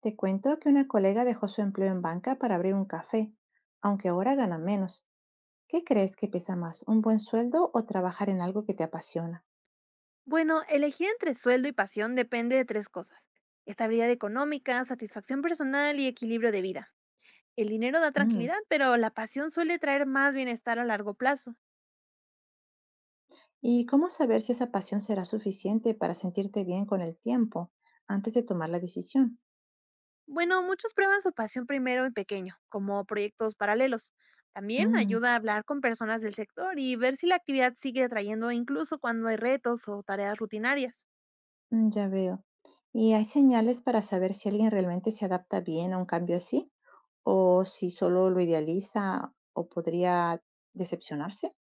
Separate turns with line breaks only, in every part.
Te cuento que una colega dejó su empleo en banca para abrir un café, aunque ahora gana menos. ¿Qué crees que pesa más, un buen sueldo o trabajar en algo que te apasiona?
Bueno, elegir entre sueldo y pasión depende de tres cosas. Estabilidad económica, satisfacción personal y equilibrio de vida. El dinero da
Mm.
tranquilidad, pero la pasión suele traer más bienestar a largo plazo.
¿Y cómo saber si esa pasión será suficiente para sentirte bien con el tiempo antes de tomar la decisión?
Bueno, muchos prueban su pasión primero en pequeño, como proyectos paralelos. También
Mm,
ayuda a hablar con personas del sector y ver si la actividad sigue atrayendo incluso cuando hay retos o tareas rutinarias.
mm, ya veo. ¿Y hay señales para saber si alguien realmente se adapta bien a un cambio así? ¿O si solo lo idealiza o podría decepcionarse?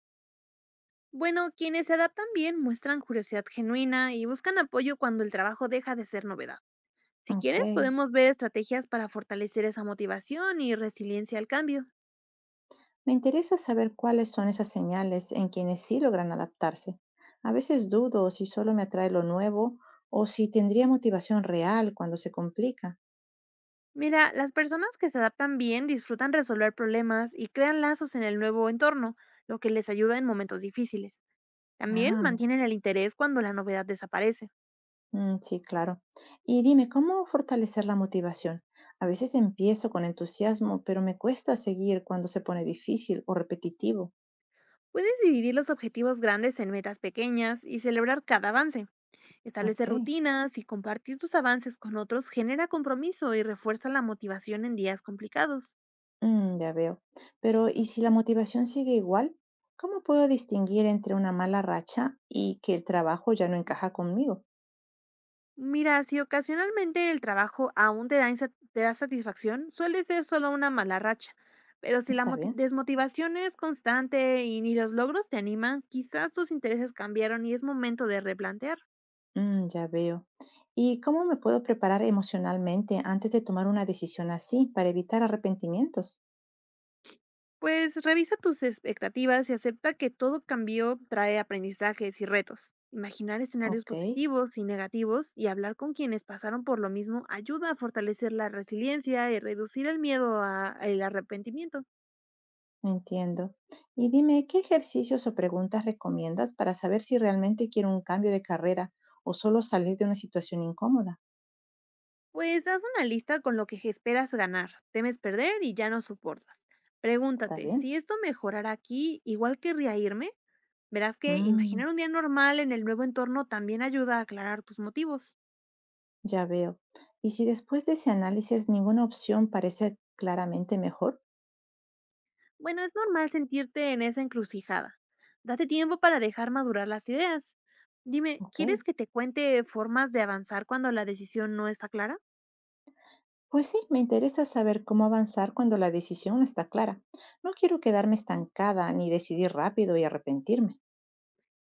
Bueno, quienes se adaptan bien muestran curiosidad genuina y buscan apoyo cuando el trabajo deja de ser novedad. Si
Ok.
quieres, podemos ver estrategias para fortalecer esa motivación y resiliencia al cambio.
Me interesa saber cuáles son esas señales en quienes sí logran adaptarse. A veces dudo si solo me atrae lo nuevo o si tendría motivación real cuando se complica.
Mira, las personas que se adaptan bien disfrutan resolver problemas y crean lazos en el nuevo entorno, lo que les ayuda en momentos difíciles. También
Ah, mira.
mantienen el interés cuando la novedad desaparece.
Mm, sí, claro. Y dime, ¿cómo fortalecer la motivación? A veces empiezo con entusiasmo, pero me cuesta seguir cuando se pone difícil o repetitivo.
Puedes dividir los objetivos grandes en metas pequeñas y celebrar cada avance.
Ok.
Establecer rutinas y compartir tus avances con otros genera compromiso y refuerza la motivación en días complicados.
Mm, ya veo. Pero, ¿y si la motivación sigue igual? ¿Cómo puedo distinguir entre una mala racha y que el trabajo ya no encaja conmigo?
Mira, si ocasionalmente el trabajo aún te da satisfacción, suele ser solo una mala racha. Pero si la
Está bien.
desmotivación es constante y ni los logros te animan, quizás tus intereses cambiaron y es momento de replantear.
Mm, ya veo. ¿Y cómo me puedo preparar emocionalmente antes de tomar una decisión así para evitar arrepentimientos?
Pues revisa tus expectativas y acepta que todo cambio trae aprendizajes y retos. Imaginar escenarios
Ok,
positivos y negativos y hablar con quienes pasaron por lo mismo ayuda a fortalecer la resiliencia y reducir el al arrepentimiento.
entiendo. Y dime, ¿qué ejercicios o preguntas recomiendas para saber si realmente quiero un cambio de carrera o solo salir de una situación incómoda?
Pues haz una lista con lo que esperas ganar, temes perder y ya no soportas.
Está
Pregúntate,
bien.
¿si esto mejorara aquí, igual querría irme? Verás que
Mm,
imaginar un día normal en el nuevo entorno también ayuda a aclarar tus motivos.
ya veo. ¿Y si después de ese análisis ninguna opción parece claramente mejor?
Bueno, es normal sentirte en esa encrucijada. Date tiempo para dejar madurar las ideas. Dime, ¿quieres
Ok.
que te cuente formas de avanzar cuando la decisión no está clara?
Pues sí, me interesa saber cómo avanzar cuando la decisión no está clara. No quiero quedarme estancada ni decidir rápido y arrepentirme.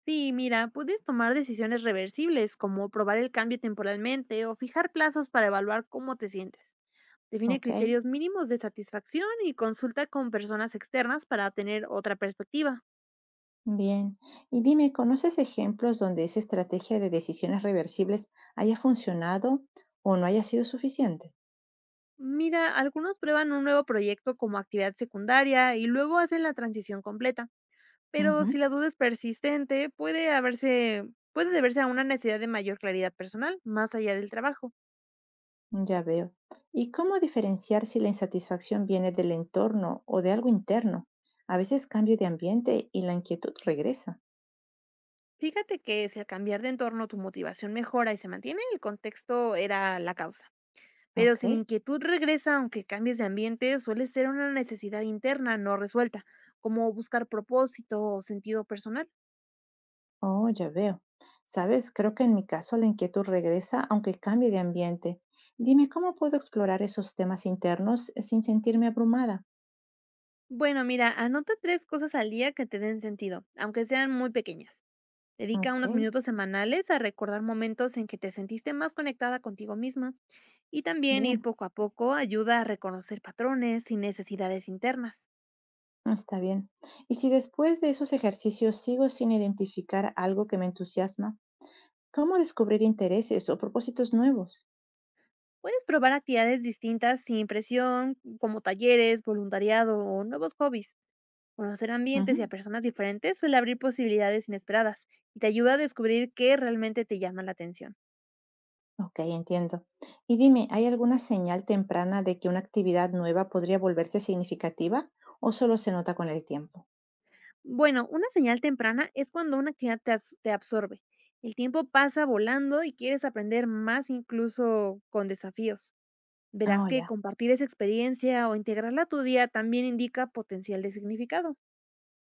Sí, mira, puedes tomar decisiones reversibles como probar el cambio temporalmente o fijar plazos para evaluar cómo te sientes. Define
Ok,
criterios mínimos de satisfacción y consulta con personas externas para tener otra perspectiva.
bien. Y dime, ¿conoces ejemplos donde esa estrategia de decisiones reversibles haya funcionado o no haya sido suficiente?
Mira, algunos prueban un nuevo proyecto como actividad secundaria y luego hacen la transición completa, pero si
Ujú,
la duda es persistente, puede deberse a una necesidad de mayor claridad personal más allá del trabajo.
ya veo. ¿Y cómo diferenciar si la insatisfacción viene del entorno o de algo interno? A veces cambio de ambiente y la inquietud regresa.
Fíjate que si al cambiar de entorno tu motivación mejora y se mantiene, el contexto era la causa. Pero si la
Ok.
inquietud regresa aunque cambies de ambiente, suele ser una necesidad interna no resuelta, como buscar propósito o sentido personal.
Oh, ya veo. Sabes, creo que en mi caso la inquietud regresa aunque cambie de ambiente. Dime, ¿cómo puedo explorar esos temas internos sin sentirme abrumada?
Bueno, mira, anota tres cosas al día que te den sentido, aunque sean muy pequeñas. Dedica
Ok,
unos minutos semanales a recordar momentos en que te sentiste más conectada contigo misma, y también ir
bien,
poco a poco ayuda a reconocer patrones y necesidades internas.
está bien. Y si después de esos ejercicios sigo sin identificar algo que me entusiasma, ¿cómo descubrir intereses o propósitos nuevos?
Puedes probar actividades distintas sin presión, como talleres, voluntariado o nuevos hobbies. Conocer ambientes y
Ujú.
a personas diferentes suele abrir posibilidades inesperadas y te ayuda a descubrir qué realmente te llama la atención.
Ok, entiendo. Y dime, ¿hay alguna señal temprana de que una actividad nueva podría volverse significativa o solo se nota con el tiempo?
Bueno, una señal temprana es cuando una actividad te absorbe. El tiempo pasa volando y quieres aprender más incluso con desafíos. Verás
Oh,
que
ya.
compartir esa experiencia o integrarla a tu día también indica potencial de significado.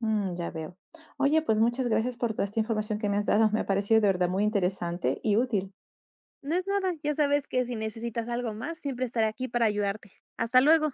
Mm, ya veo. Oye, pues muchas gracias por toda esta información que me has dado. Me ha parecido de verdad muy interesante y útil.
No es nada, ya sabes que si necesitas algo más, siempre estaré aquí para ayudarte. Hasta luego.